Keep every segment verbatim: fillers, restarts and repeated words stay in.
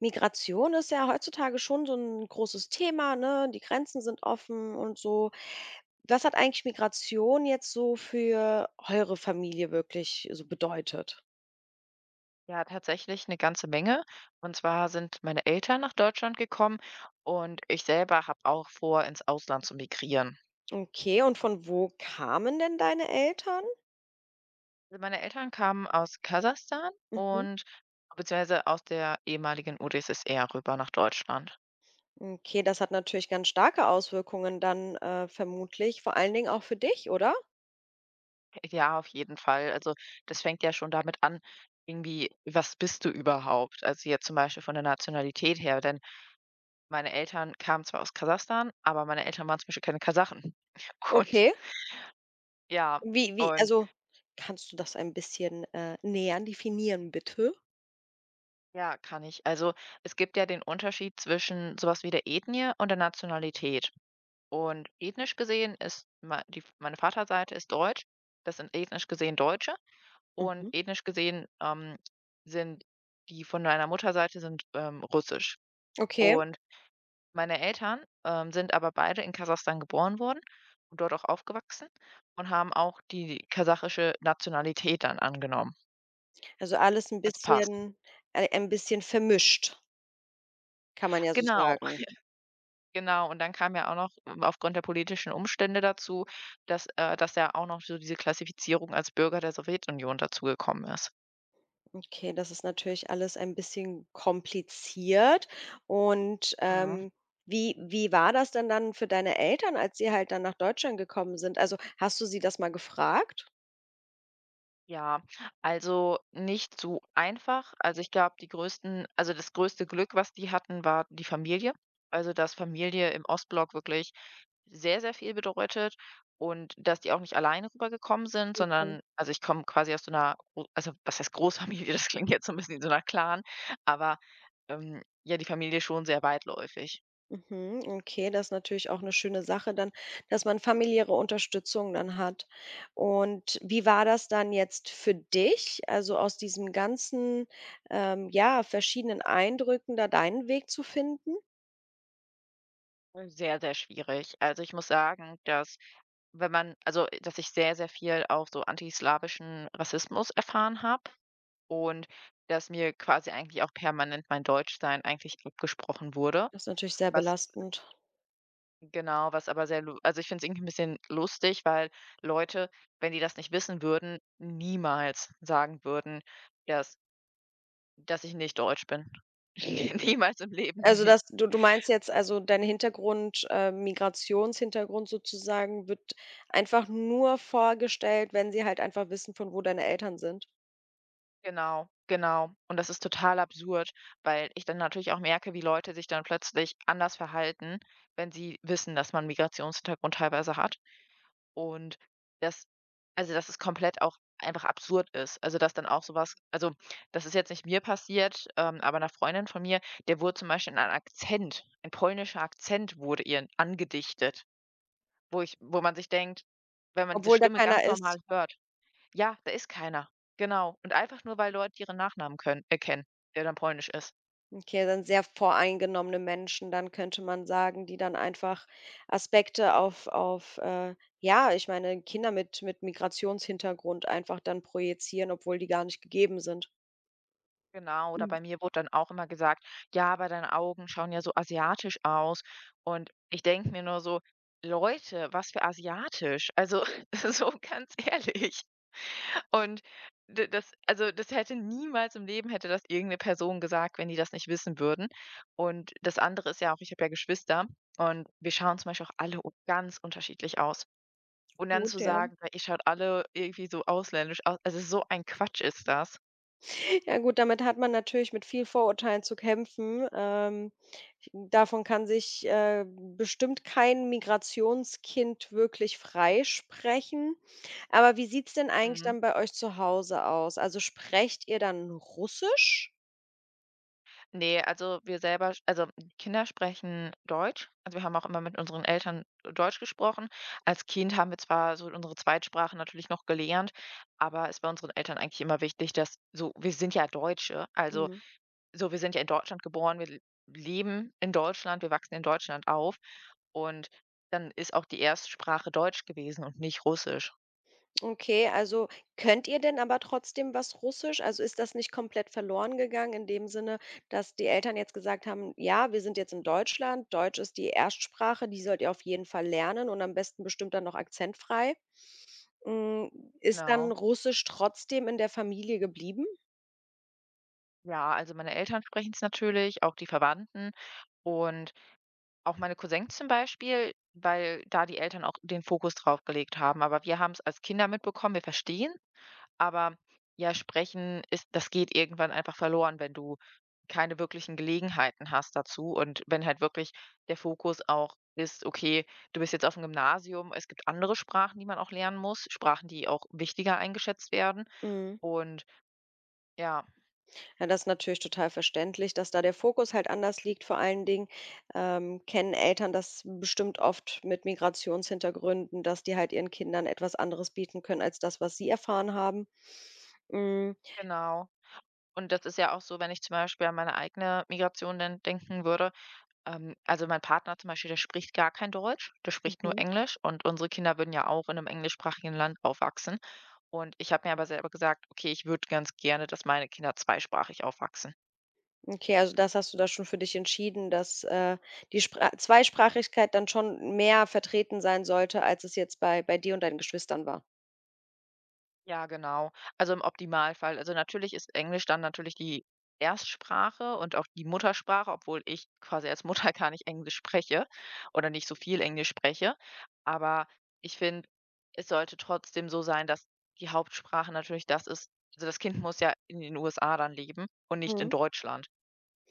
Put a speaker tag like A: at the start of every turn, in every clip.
A: Migration ist ja heutzutage schon so ein großes Thema, ne? Die Grenzen sind offen und so. Was hat eigentlich Migration jetzt so für eure Familie wirklich so bedeutet?
B: Ja, tatsächlich eine ganze Menge. Und zwar sind meine Eltern nach Deutschland gekommen und ich selber habe auch vor, ins Ausland zu migrieren.
A: Okay, und von wo kamen denn deine Eltern?
B: Also, meine Eltern kamen aus Kasachstan
A: Mhm.
B: und beziehungsweise aus der ehemaligen UdSSR rüber nach Deutschland.
A: Okay, das hat natürlich ganz starke Auswirkungen dann, äh, vermutlich, vor allen Dingen auch für dich, oder?
B: Äh, Ja, auf jeden Fall. Also, das fängt ja schon damit an, irgendwie, was bist du überhaupt? Also, jetzt zum Beispiel von der Nationalität her, denn meine Eltern kamen zwar aus Kasachstan, aber meine Eltern waren zum Beispiel keine Kasachen. Und
A: Okay.
B: ja,
A: Wie wie
B: und
A: also, kannst du das ein bisschen, äh, näher definieren, bitte?
B: Ja, kann ich. Also es gibt ja den Unterschied zwischen sowas wie der Ethnie und der Nationalität. Und ethnisch gesehen ist ma- die, meine Vaterseite ist deutsch. Das sind ethnisch gesehen Deutsche. Und
A: Mhm.
B: ethnisch gesehen ähm, sind die von meiner Mutterseite sind ähm, russisch.
A: Okay.
B: Und meine Eltern ähm, sind aber beide in Kasachstan geboren worden und dort auch aufgewachsen und haben auch die kasachische Nationalität dann angenommen
A: Also, alles ein
B: als Pass.
A: bisschen ei ein bisschen vermischt, kann man ja so
B: Genau.
A: sagen.
B: Genau, und dann kam ja auch noch ähm, aufgrund der politischen Umstände dazu, dass äh, dass ja auch noch so diese Klassifizierung als Bürger der Sowjetunion dazugekommen ist.
A: Okay, das ist natürlich alles ein bisschen kompliziert. Und,
B: Mhm.
A: ähm, wie wie war das denn dann für deine Eltern, als sie halt dann nach Deutschland gekommen sind? Also, hast du sie das mal gefragt?
B: Ja, also nicht so einfach. Also ich glaube, die größten also das größte Glück, was die hatten, war die Familie. Also, dass Familie im Ostblock wirklich sehr, sehr viel bedeutet und dass die auch nicht alleine rübergekommen sind,
A: Super.
B: sondern also ich komme quasi aus so einer, gro also was heißt Großfamilie, das klingt jetzt so ein bisschen wie so 'ner Clan, aber, ähm, ja, die Familie schon sehr weitläufig.
A: Mhm, okay, das ist natürlich auch eine schöne Sache dann, dass man familiäre Unterstützung dann hat. Und wie war das dann jetzt für dich, also, aus diesen ganzen, ähm, ja, verschiedenen Eindrücken da deinen Weg zu finden?
B: Sehr, sehr schwierig. Also, ich muss sagen, dass wenn man also, dass ich sehr, sehr viel auch so antislawischen Rassismus erfahren habe und dass mir quasi eigentlich auch permanent mein Deutschsein eigentlich abgesprochen wurde,
A: Das ist natürlich sehr
B: was
A: belastend.
B: genau, was aber sehr lu also, ich finde es irgendwie ein bisschen lustig, weil Leute, wenn die das nicht wissen würden, niemals sagen würden, dass dass ich nicht deutsch bin. Niemals im Leben
A: Also,
B: nicht.
A: das du du meinst jetzt also, dein Hintergrund äh, Migrationshintergrund sozusagen wird einfach nur vorgestellt, wenn sie halt einfach wissen, von wo deine Eltern sind?
B: Genau, genau. Und das ist total absurd, weil ich dann natürlich auch merke, wie Leute sich dann plötzlich anders verhalten, wenn sie wissen, dass man Migrationshintergrund teilweise hat. Und das, also dass es komplett auch einfach absurd ist. Also dass dann auch sowas, also das ist jetzt nicht mir passiert, ähm, aber einer Freundin von mir, der wurde zum Beispiel ein Akzent, ein polnischer Akzent wurde ihr angedichtet, wo ich, wo man sich denkt, wenn man diese
A: Obwohl da
B: Stimme
A: keiner
B: ganz
A: ist?
B: normal hört, ja, da ist keiner. Genau. Und einfach nur, weil Leute ihren Nachnamen können erkennen, kennen, der dann polnisch ist.
A: Okay, dann sehr voreingenommene Menschen, dann könnte man sagen, die dann einfach Aspekte auf auf, äh ja, ich meine, Kinder mit mit Migrationshintergrund einfach dann projizieren, obwohl die gar nicht gegeben sind.
B: Genau, oder
A: Mhm,
B: bei mir wurde dann auch immer gesagt: „Ja, aber deine Augen schauen ja so asiatisch aus.“ Und ich denke mir nur so: „Leute, was für asiatisch?“ Also, so ganz ehrlich. Und d das also, das hätte niemals im Leben hätte das irgendeine Person gesagt, wenn die das nicht wissen würden. Und das andere ist ja auch, ich habe ja Geschwister und wir schauen zum Beispiel auch alle u ganz unterschiedlich aus. Und dann
A: gut,
B: zu
A: ja.
B: sagen, ja, ihr schaut alle irgendwie so ausländisch aus. Also, so ein Quatsch ist das.
A: Ja gut, damit hat man natürlich mit viel Vorurteilen zu kämpfen. Ähm, davon kann sich, äh, bestimmt kein Migrationskind wirklich freisprechen. Aber wie sieht's denn eigentlich
B: Mhm.
A: dann bei euch zu Hause aus? Also, sprecht ihr dann Russisch?
B: Ne, also, wir selber sch also, die Kinder sprechen Deutsch. Also, wir haben auch immer mit unseren Eltern Deutsch gesprochen. Als Kind haben wir zwar so unsere Zweitsprache natürlich noch gelernt, aber es war unseren Eltern eigentlich immer wichtig, dass so wir sind ja Deutsche. Also,
A: Mhm.
B: so wir sind ja in Deutschland geboren, wir l leben in Deutschland, wir wachsen in Deutschland auf und dann ist auch die Erstsprache Deutsch gewesen und nicht Russisch.
A: Okay, also könnt ihr denn aber trotzdem was Russisch? Also ist das nicht komplett verloren gegangen in dem Sinne, dass die Eltern jetzt gesagt haben, ja, wir sind jetzt in Deutschland, Deutsch ist die Erstsprache, die sollt ihr auf jeden Fall lernen und am besten bestimmt dann noch akzentfrei. Hm, ist dann
B: Genau.
A: Russisch trotzdem in der Familie geblieben?
B: Ja, also meine Eltern sprechen es natürlich, auch die Verwandten und auch meine Cousins zum Beispiel, weil da die Eltern auch den Fokus drauf gelegt haben. Aber wir haben es als Kinder mitbekommen, wir verstehen, aber ja, sprechen ist das geht irgendwann einfach verloren, wenn du keine wirklichen Gelegenheiten hast dazu und wenn halt wirklich der Fokus auch ist, okay, du bist jetzt auf dem Gymnasium, es gibt andere Sprachen, die man auch lernen muss, Sprachen, die auch wichtiger eingeschätzt werden
A: Mhm.
B: und ja,
A: Ja, das ist natürlich total verständlich, dass da der Fokus halt anders liegt. Vor allen Dingen ähm, kennen Eltern das bestimmt oft mit Migrationshintergründen, dass die halt ihren Kindern etwas anderes bieten können als das, was sie erfahren haben. Mm,
B: genau. Und das ist ja auch so, wenn ich zum Beispiel an meine eigene Migration dann denken würde. Ähm, also mein Partner zum Beispiel, der spricht gar kein Deutsch, der spricht nur
A: mhm.
B: Englisch und unsere Kinder würden ja auch in einem englischsprachigen Land aufwachsen. Und ich habe mir aber selber gesagt: „Okay, ich würde ganz gerne, dass meine Kinder zweisprachig aufwachsen.“
A: Okay, also das hast du da schon für dich entschieden, dass äh, die Spra Zweisprachigkeit dann schon mehr vertreten sein sollte, als es jetzt bei, bei dir und deinen Geschwistern war.
B: Ja, genau. Also, im Optimalfall. Also, natürlich ist Englisch dann natürlich die Erstsprache und auch die Muttersprache, obwohl ich quasi als Mutter gar nicht Englisch spreche oder nicht so viel Englisch spreche. Aber ich finde, es sollte trotzdem so sein, dass die Hauptsprache natürlich das ist also, das Kind muss ja in den U S A dann leben und nicht in
A: Mhm.
B: Deutschland.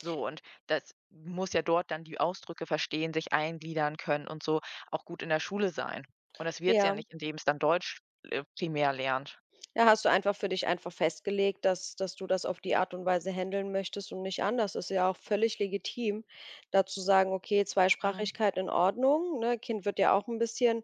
B: So, und das muss ja dort dann die Ausdrücke verstehen, sich eingliedern können und so auch gut in der Schule sein. Und das wird's ja
A: Ja.
B: nicht, indem es dann Deutsch, äh, primär lernt.
A: Ja, hast du einfach für dich einfach festgelegt, dass dass du das auf die Art und Weise handeln möchtest und nicht anders. Ist ja auch völlig legitim, da zu sagen: „Okay,
B: Mhm.
A: Zweisprachigkeit in Ordnung“, ne? Kind wird ja auch ein bisschen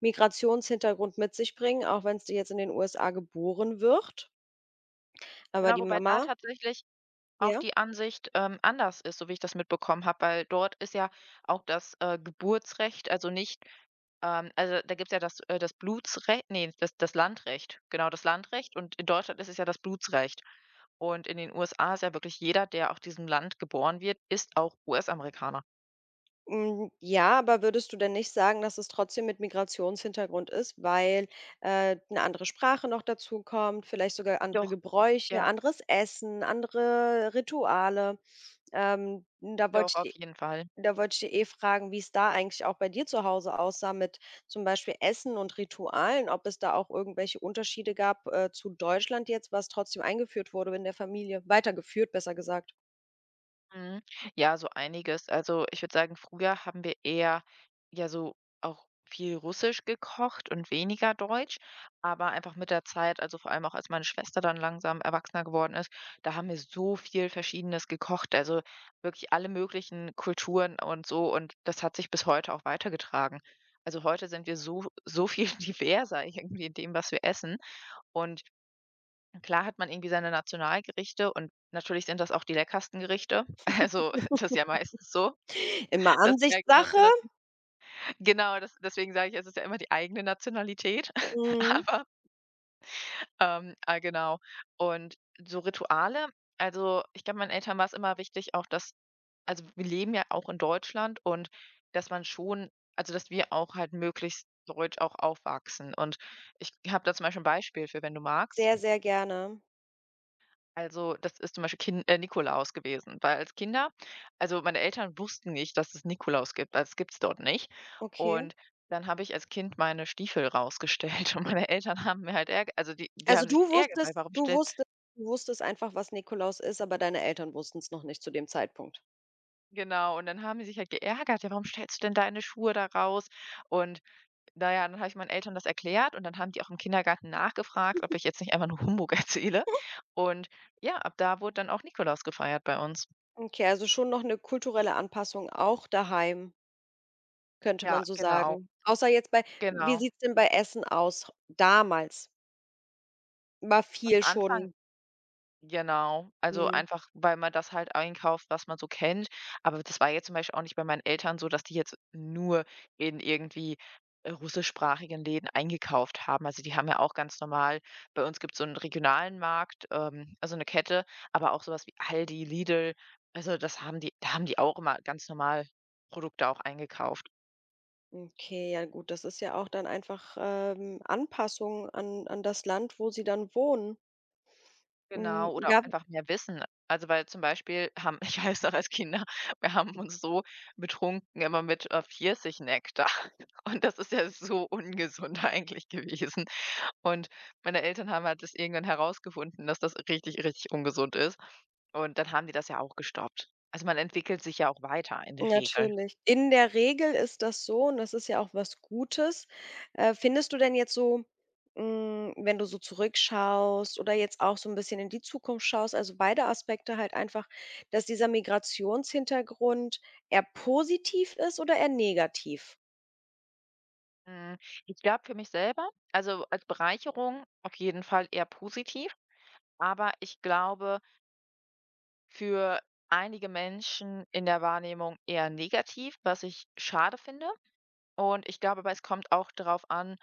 A: Migrationshintergrund mit sich bringen, auch wenn's dir jetzt in den U S A geboren wird. Aber
B: Genau,
A: die
B: wobei da
A: Mama
B: tatsächlich auch
A: ja?
B: die Ansicht, ähm, anders ist, so wie ich das mitbekommen habe, weil dort ist ja auch das, äh, Geburtsrecht, also nicht ähm, also da gibt's ja das, äh, das Blutsrecht, nee, das das Landrecht. Genau, das Landrecht und in Deutschland ist es ja das Blutsrecht. Und in den U S A ist ja wirklich jeder, der auf diesem Land geboren wird, ist auch U S-Amerikaner.
A: Hm, ja, aber würdest du denn nicht sagen, dass es trotzdem mit Migrationshintergrund ist, weil, äh, 'ne andere Sprache noch dazu kommt, vielleicht sogar andere
B: Doch,
A: Gebräuche,
B: ja,
A: anderes Essen, andere Rituale? Ähm, da wollte
B: doch,
A: ich
B: auf
A: di
B: jeden Fall.
A: Da wollte ich dich eh fragen, wie es da eigentlich auch bei dir zu Hause aussah mit zum Beispiel Essen und Ritualen, ob es da auch irgendwelche Unterschiede gab, äh, zu Deutschland jetzt, was trotzdem eingeführt wurde in der Familie weitergeführt, besser gesagt.
B: Mhm. Ja, so einiges. Also, ich würde sagen, früher haben wir eher ja so auch viel Russisch gekocht und weniger Deutsch, aber einfach mit der Zeit, also vor allem auch als meine Schwester dann langsam erwachsener geworden ist, da haben wir so viel Verschiedenes gekocht, also wirklich alle möglichen Kulturen und so und das hat sich bis heute auch weitergetragen. Also heute sind wir so, so viel diverser irgendwie in dem, was wir essen und klar hat man irgendwie seine Nationalgerichte und natürlich sind das auch die leckersten Gerichte. Also, das ist ja meistens so,
A: Immer
B: dass die eigene
A: Ansichtssache.
B: Nationalität genau, das deswegen sage ich, es ist ja immer die eigene Nationalität,
A: Mhm.
B: aber, ähm, ah, genau. Und so Rituale also, ich glaube, meinen Eltern war es immer wichtig auch, dass also, wir leben ja auch in Deutschland und dass man schon also, dass wir auch halt möglichst deutsch auch aufwachsen und ich habe da zum Beispiel ein Beispiel für, wenn du magst.
A: Sehr, sehr gerne.
B: Also, das ist zum Beispiel Kin äh, Nikolaus gewesen, weil als Kinder also, meine Eltern wussten nicht, dass es Nikolaus gibt, also, das gibt es dort nicht.
A: Okay.
B: Und dann habe ich als Kind meine Stiefel rausgestellt und meine Eltern haben mir halt Ärg also, die die
A: Also,
B: haben sich
A: du
B: geärgert, weil
A: wusstest
B: warum
A: du
B: stellt
A: wusstest du wusstest einfach, was Nikolaus ist, aber deine Eltern wussten es noch nicht zu dem Zeitpunkt.
B: genau, und dann haben die sich halt geärgert: „Ja, warum stellst du denn deine Schuhe da raus?“ Und na ja, dann habe ich meinen Eltern das erklärt und dann haben die auch im Kindergarten nachgefragt, ob ich jetzt nicht einfach nur Humbug erzähle. Und ja, ab da wurde dann auch Nikolaus gefeiert bei uns.
A: Okay, also schon noch eine kulturelle Anpassung auch daheim. Könnte
B: Ja,
A: man so
B: genau,
A: sagen. Außer jetzt bei wie
B: genau.
A: sieht's denn bei Essen aus damals? War
B: Am
A: viel
B: Anfang
A: schon
B: genau, also
A: mhm,
B: einfach, weil man das halt einkauft, was man so kennt. Aber das war jetzt zum Beispiel auch nicht bei meinen Eltern so, dass die jetzt nur in irgendwie, äh, russischsprachigen Läden eingekauft haben. Also, die haben ja auch ganz normal bei uns gibt es so einen regionalen Markt, ähm, also eine Kette, aber auch sowas wie Aldi, Lidl. Also, das haben die da haben die auch immer ganz normal Produkte auch eingekauft.
A: okay, ja gut, das ist ja auch dann einfach, ähm, Anpassung an an das Land, wo sie dann wohnen. Hm,
B: Genau, oder auch
A: gab
B: einfach mehr Wissen. Also, weil zum Beispiel haben ich weiß noch als Kinder, wir haben uns so betrunken immer mit, äh, Pfirsichnektar und das ist ja so ungesund eigentlich gewesen. Und meine Eltern haben halt das irgendwann herausgefunden, dass das richtig, richtig ungesund ist und dann haben die das ja auch gestoppt. Also, man entwickelt sich ja auch weiter in der Regel.
A: natürlich. In der Regel ist das so und das ist ja auch was Gutes. Äh, findest du denn jetzt so, hm, wenn du so zurückschaust oder jetzt auch so ein bisschen in die Zukunft schaust, also beide Aspekte halt einfach, dass dieser Migrationshintergrund eher positiv ist oder eher negativ?
B: Hm, ich glaube für mich selber also, als Bereicherung auf jeden Fall eher positiv, aber ich glaube für einige Menschen in der Wahrnehmung eher negativ, was ich schade finde. Und ich glaube aber, es kommt auch darauf an,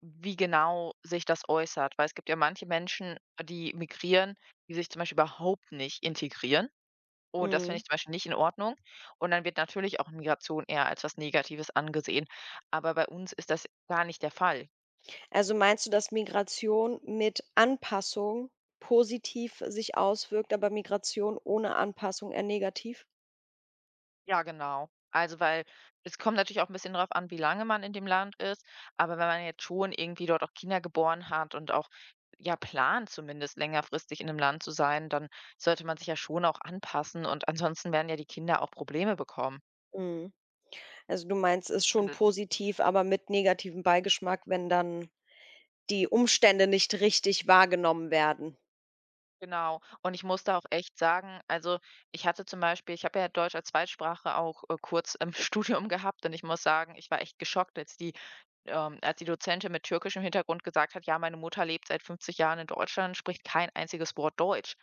B: wie genau sich das äußert. Weil es gibt ja manche Menschen, die migrieren, die sich zum Beispiel überhaupt nicht integrieren. Und das finde
A: Mhm.
B: ich zum Beispiel nicht in Ordnung. Und dann wird natürlich auch Migration eher als was Negatives angesehen. Aber bei uns ist das gar nicht der Fall.
A: Also meinst du, dass Migration mit Anpassung positiv sich auswirkt, aber Migration ohne Anpassung eher negativ?
B: Ja, genau. Also, weil es kommt natürlich auch ein bisschen drauf an, wie lange man in dem Land ist, aber wenn man jetzt schon irgendwie dort auch Kinder geboren hat und auch, ja, plant zumindest längerfristig in 'nem Land zu sein, dann sollte man sich ja schon auch anpassen und ansonsten werden ja die Kinder auch Probleme bekommen.
A: Mhm. Also, du meinst, ist schon positiv, aber mit negativem Beigeschmack, wenn dann die Umstände nicht richtig wahrgenommen werden.
B: Genau. Und ich muss da auch echt sagen, also ich hatte zum Beispiel ich habe ja Deutsch als Zweitsprache auch, äh, kurz im Studium gehabt und ich muss sagen, ich war echt geschockt, als die ähm, als die Dozentin mit türkischem Hintergrund gesagt hat: „Ja, meine Mutter lebt seit fünfzig Jahren in Deutschland, spricht kein einziges Wort Deutsch.“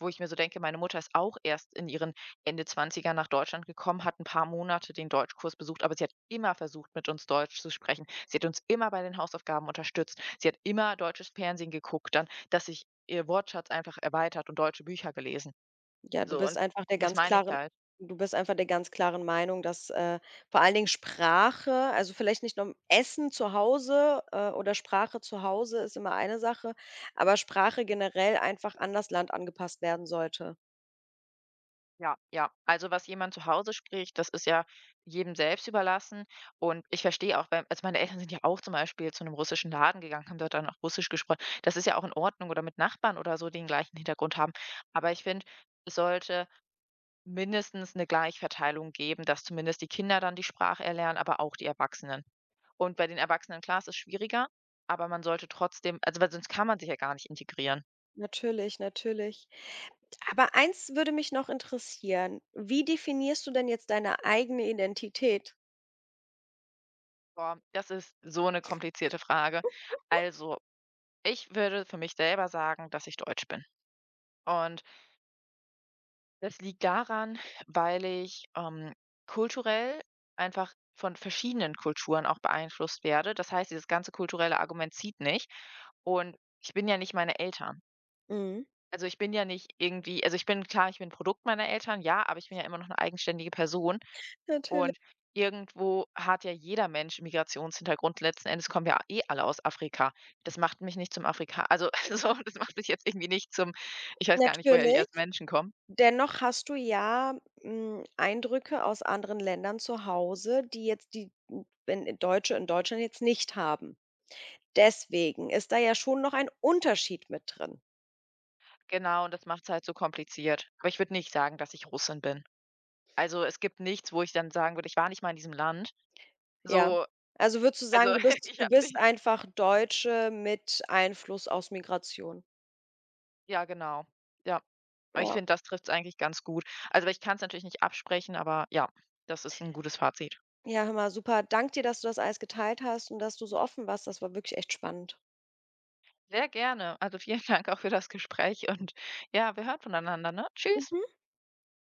B: Wo ich mir so denke, meine Mutter ist auch erst in ihren Ende zwanzig nach Deutschland gekommen, hat ein paar Monate den Deutschkurs besucht, aber sie hat immer versucht, mit uns Deutsch zu sprechen. Sie hat uns immer bei den Hausaufgaben unterstützt. Sie hat immer deutsches Fernsehen geguckt dann, dass ich ihr Wortschatz einfach erweitert und deutsche Bücher gelesen.
A: Ja, du
B: So
A: bist
B: und
A: einfach der
B: das
A: ganz
B: meine ich
A: klaren
B: halt.
A: du bist einfach der ganz klaren Meinung, dass, äh, vor allen Dingen Sprache also, vielleicht nicht nur Essen zu Hause, äh, oder Sprache zu Hause ist immer eine Sache, aber Sprache generell einfach an das Land angepasst werden sollte.
B: Ja, ja. Also, was jemand zu Hause spricht, das ist ja jedem selbst überlassen und ich verstehe auch, weil also, meine Eltern sind ja auch zum Beispiel zu einem russischen Laden gegangen, haben dort dann auch Russisch gesprochen. Das ist ja auch in Ordnung oder mit Nachbarn oder so, die den gleichen Hintergrund haben. Aber ich finde, es sollte mindestens eine Gleichverteilung geben, dass zumindest die Kinder dann die Sprache erlernen, aber auch die Erwachsenen. Und bei den Erwachsenen, klar, es ist schwieriger, aber man sollte trotzdem also, weil sonst kann man sich ja gar nicht integrieren.
A: Natürlich, natürlich. Aber eins würde mich noch interessieren: Wie definierst du denn jetzt deine eigene Identität?
B: Boah, das ist so eine komplizierte Frage. Also, ich würde für mich selber sagen, dass ich deutsch bin. Und das liegt daran, weil ich, ähm, kulturell einfach von verschiedenen Kulturen auch beeinflusst werde. Das heißt, dieses ganze kulturelle Argument zieht nicht. Und ich bin ja nicht meine Eltern.
A: Mhm.
B: Also, ich bin ja nicht irgendwie also, ich bin klar, ich bin Produkt meiner Eltern, ja, aber ich bin ja immer noch eine eigenständige Person.
A: Natürlich.
B: Und irgendwo hat ja jeder Mensch 'n Migrationshintergrund. Letzten Endes kommen wir eh alle aus Afrika. Das macht mich nicht zum Afrika also, so, das macht mich jetzt irgendwie nicht zum ich weiß gar nicht, woher die
A: Natürlich.
B: ersten Menschen kommen.
A: Dennoch hast du ja, hm, Eindrücke aus anderen Ländern zu Hause, die jetzt die hm, wenn Deutsche in Deutschland jetzt nicht haben. Deswegen ist da ja schon noch ein Unterschied mit drin.
B: Genau, und das macht es halt so kompliziert. Aber ich würde nicht sagen, dass ich Russin bin. Also, es gibt nichts, wo ich dann sagen würde: „Ich war nicht mal in diesem Land.“
A: Ja.
B: So,
A: Also würdest du
B: also,
A: sagen, du bist
B: ich
A: du
B: habe
A: bist
B: nicht
A: einfach Deutsche mit Einfluss aus Migration.
B: ja, genau. Ja, aber ich
A: Ja.
B: finde, das trifft es eigentlich ganz gut. Also, ich kann es natürlich nicht absprechen, aber ja, das ist ein gutes Fazit.
A: Ja, hör mal, super. Dank dir, dass du das alles geteilt hast und dass du so offen warst. Das war wirklich echt spannend.
B: Sehr gerne. Also vielen Dank auch für das Gespräch und ja, wir hören voneinander, ne? Tschüss.
A: Mhm.